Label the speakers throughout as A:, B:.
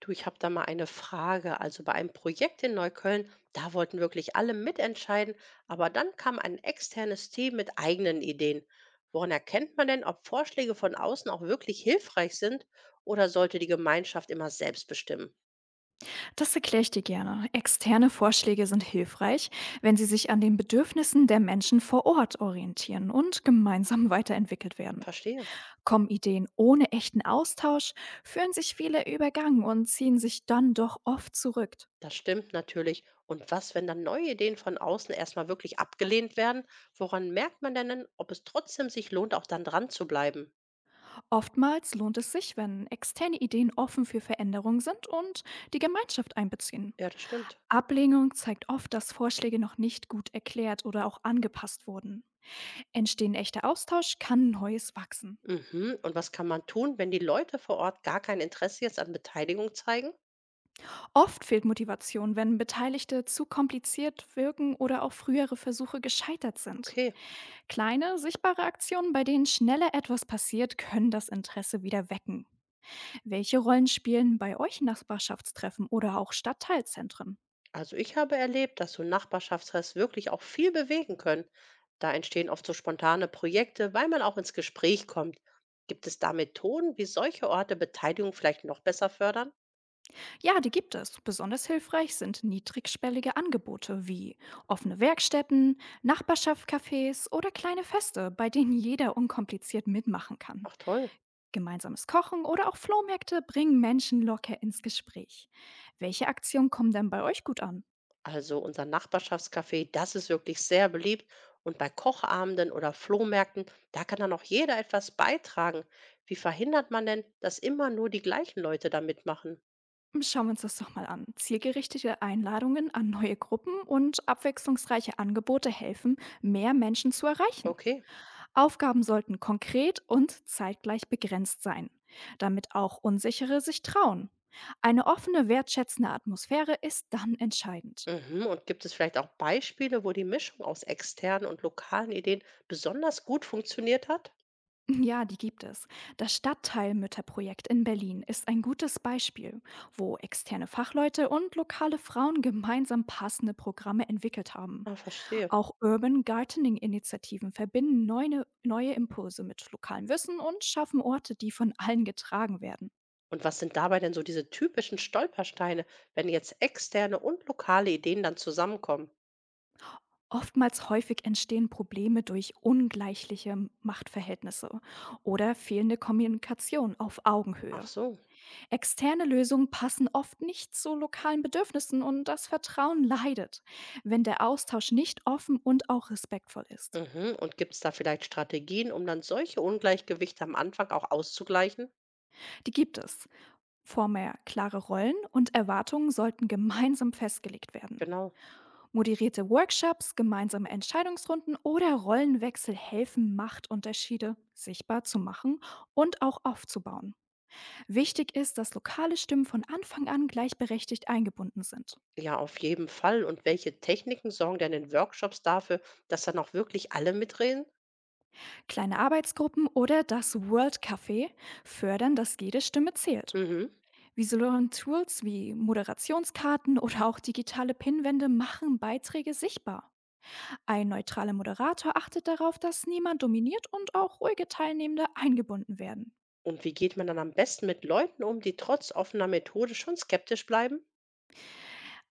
A: Du, ich habe da mal eine Frage. Also bei einem Projekt in Neukölln, da wollten wirklich alle mitentscheiden, aber dann kam ein externes Team mit eigenen Ideen. Woran erkennt man denn, ob Vorschläge von außen auch wirklich hilfreich sind oder sollte die Gemeinschaft immer selbst bestimmen?
B: Das erkläre ich dir gerne. Externe Vorschläge sind hilfreich, wenn sie sich an den Bedürfnissen der Menschen vor Ort orientieren und gemeinsam weiterentwickelt werden.
A: Verstehe.
B: Kommen Ideen ohne echten Austausch, fühlen sich viele übergangen und ziehen sich dann doch oft zurück.
A: Das stimmt natürlich. Und was, wenn dann neue Ideen von außen erstmal wirklich abgelehnt werden? Woran merkt man denn, ob es trotzdem sich lohnt, auch dann dran zu bleiben?
B: Oftmals lohnt es sich, wenn externe Ideen offen für Veränderung sind und die Gemeinschaft einbeziehen.
A: Ja, das stimmt.
B: Ablehnung zeigt oft, dass Vorschläge noch nicht gut erklärt oder auch angepasst wurden. Entstehen echter Austausch, kann Neues wachsen.
A: Mhm. Und was kann man tun, wenn die Leute vor Ort gar kein Interesse jetzt an Beteiligung zeigen?
B: Oft fehlt Motivation, wenn Beteiligte zu kompliziert wirken oder auch frühere Versuche gescheitert sind.
A: Okay,
B: Kleine, sichtbare Aktionen, bei denen schneller etwas passiert, können das Interesse wieder wecken. Welche Rollen spielen bei euch Nachbarschaftstreffen oder auch Stadtteilzentren?
A: also ich habe erlebt, dass so Nachbarschaftsfest wirklich auch viel bewegen können. Da entstehen oft so spontane Projekte, weil man auch ins Gespräch kommt. Gibt es da Methoden, wie solche Orte Beteiligung vielleicht noch besser fördern?
B: Ja, die gibt es. Besonders hilfreich sind niedrigschwellige Angebote wie offene Werkstätten, Nachbarschaftscafés oder kleine Feste, bei denen jeder unkompliziert mitmachen kann.
A: Ach toll.
B: Gemeinsames Kochen oder auch Flohmärkte bringen Menschen locker ins Gespräch. Welche Aktionen kommen denn bei euch gut an?
A: Also unser Nachbarschaftscafé, das ist wirklich sehr beliebt. Und bei Kochabenden oder Flohmärkten, da kann dann auch jeder etwas beitragen. Wie verhindert man denn, dass immer nur die gleichen Leute da mitmachen?
B: Schauen wir uns das doch mal an. Zielgerichtete Einladungen an neue Gruppen und abwechslungsreiche Angebote helfen, mehr Menschen zu erreichen.
A: Okay.
B: Aufgaben sollten konkret und zeitgleich begrenzt sein, damit auch Unsichere sich trauen. Eine offene, wertschätzende Atmosphäre ist dann entscheidend.
A: Mhm. Und gibt es vielleicht auch Beispiele, wo die Mischung aus externen und lokalen Ideen besonders gut funktioniert hat?
B: Ja, die gibt es. Das Stadtteilmütterprojekt in Berlin ist ein gutes Beispiel, wo externe Fachleute und lokale Frauen gemeinsam passende Programme entwickelt haben.
A: Ah, verstehe.
B: Auch Urban Gardening-Initiativen verbinden neue Impulse mit lokalem Wissen und schaffen Orte, die von allen getragen werden.
A: Und was sind dabei denn so diese typischen Stolpersteine, wenn jetzt externe und lokale Ideen dann zusammenkommen?
B: Oftmals häufig entstehen Probleme durch ungleichliche Machtverhältnisse oder fehlende Kommunikation auf
A: Ach
B: Augenhöhe.
A: so.
B: Externe Lösungen passen oft nicht zu lokalen Bedürfnissen und das Vertrauen leidet, wenn der Austausch nicht offen und auch respektvoll ist.
A: Mhm. Und gibt es da vielleicht Strategien, um dann solche Ungleichgewichte am Anfang auch auszugleichen?
B: Die gibt es. Vorher klare Rollen und Erwartungen sollten gemeinsam festgelegt werden.
A: Genau.
B: Moderierte Workshops, gemeinsame Entscheidungsrunden oder Rollenwechsel helfen, Machtunterschiede sichtbar zu machen und auch aufzubauen. Wichtig ist, dass lokale Stimmen von Anfang an gleichberechtigt eingebunden sind.
A: Ja, auf jeden Fall. Und welche Techniken sorgen denn in Workshops dafür, dass dann auch wirklich alle mitreden?
B: Kleine Arbeitsgruppen oder das World Café fördern, dass jede Stimme zählt.
A: Mhm.
B: Visuelle Tools wie Moderationskarten oder auch digitale Pinwände machen Beiträge sichtbar. Ein neutraler Moderator achtet darauf, dass niemand dominiert und auch ruhige Teilnehmende eingebunden werden.
A: Und wie geht man dann am besten mit Leuten um, die trotz offener Methode schon skeptisch bleiben?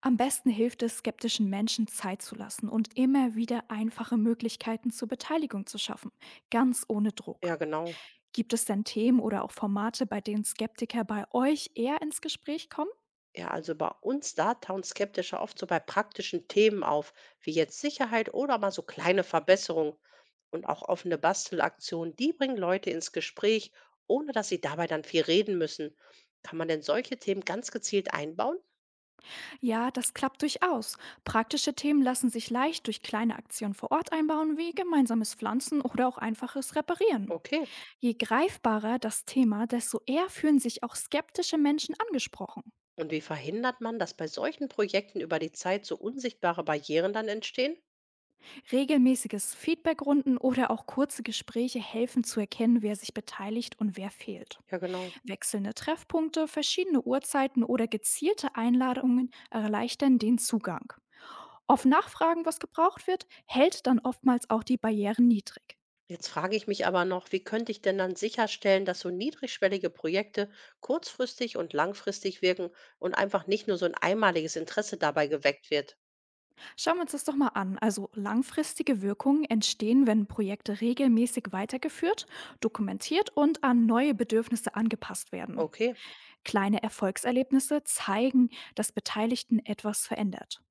B: Am besten hilft es, skeptischen Menschen Zeit zu lassen und immer wieder einfache Möglichkeiten zur Beteiligung zu schaffen, ganz ohne
A: Ja,
B: Druck.
A: genau.
B: Gibt es denn Themen oder auch Formate, bei denen Skeptiker bei euch eher ins Gespräch kommen?
A: Ja, also bei uns da tauen Skeptische oft so bei praktischen Themen auf, wie jetzt Sicherheit oder mal so kleine Verbesserungen. Und auch offene Bastelaktionen, die bringen Leute ins Gespräch, ohne dass sie dabei dann viel reden müssen. Kann man denn solche Themen ganz gezielt einbauen?
B: Ja, das klappt durchaus. Praktische Themen lassen sich leicht durch kleine Aktionen vor Ort einbauen, wie gemeinsames Pflanzen oder auch einfaches Reparieren.
A: Okay.
B: Je greifbarer das Thema, desto eher fühlen sich auch skeptische Menschen angesprochen.
A: Und wie verhindert man, dass bei solchen Projekten über die Zeit so unsichtbare Barrieren dann entstehen?
B: Regelmäßiges Feedbackrunden oder auch kurze Gespräche helfen zu erkennen, wer sich beteiligt und wer fehlt.
A: Ja, genau.
B: Wechselnde Treffpunkte, verschiedene Uhrzeiten oder gezielte Einladungen erleichtern den Zugang. Auf Nachfragen, was gebraucht wird, hält dann oftmals auch die Barrieren niedrig.
A: Jetzt frage ich mich aber noch, wie könnte ich denn dann sicherstellen, dass so niedrigschwellige Projekte kurzfristig und langfristig wirken und einfach nicht nur so ein einmaliges Interesse dabei geweckt wird?
B: Schauen wir uns das doch mal an. Also langfristige Wirkungen entstehen, wenn Projekte regelmäßig weitergeführt, dokumentiert und an neue Bedürfnisse angepasst werden.
A: Okay,
B: Kleine Erfolgserlebnisse zeigen, dass Beteiligten etwas verändert.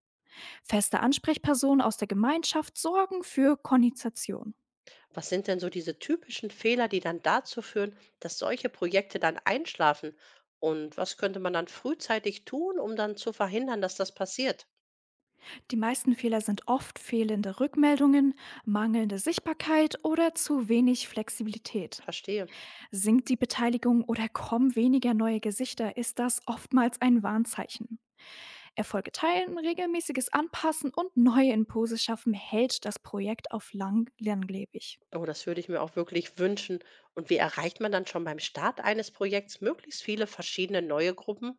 B: Feste Ansprechpersonen aus der Gemeinschaft sorgen für Koordination.
A: was sind denn so diese typischen Fehler, die dann dazu führen, dass solche Projekte dann einschlafen? Und was könnte man dann frühzeitig tun, um dann zu verhindern, dass das passiert?
B: Die meisten Fehler sind oft fehlende Rückmeldungen, mangelnde Sichtbarkeit oder zu wenig Flexibilität.
A: Verstehe.
B: Sinkt die Beteiligung oder kommen weniger neue Gesichter, ist das oftmals ein Warnzeichen. Erfolge teilen, regelmäßiges Anpassen und neue Impulse schaffen hält das Projekt auf langlebig.
A: Oh, das würde ich mir auch wirklich wünschen. Und wie erreicht man dann schon beim Start eines Projekts möglichst viele verschiedene neue Gruppen?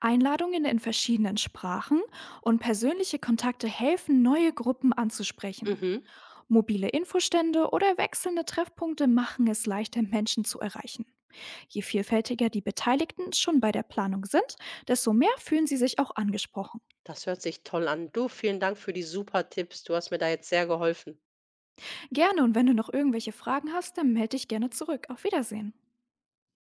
B: Einladungen in verschiedenen Sprachen und persönliche Kontakte helfen, neue Gruppen anzusprechen.
A: Mhm.
B: Mobile Infostände oder wechselnde Treffpunkte machen es leichter, Menschen zu erreichen. Je vielfältiger die Beteiligten schon bei der Planung sind, desto mehr fühlen sie sich auch angesprochen.
A: Das hört sich toll an. Du, vielen Dank für die super Tipps. Du hast mir da jetzt sehr geholfen.
B: Gerne und wenn du noch irgendwelche Fragen hast, dann melde dich gerne zurück. Auf Wiedersehen.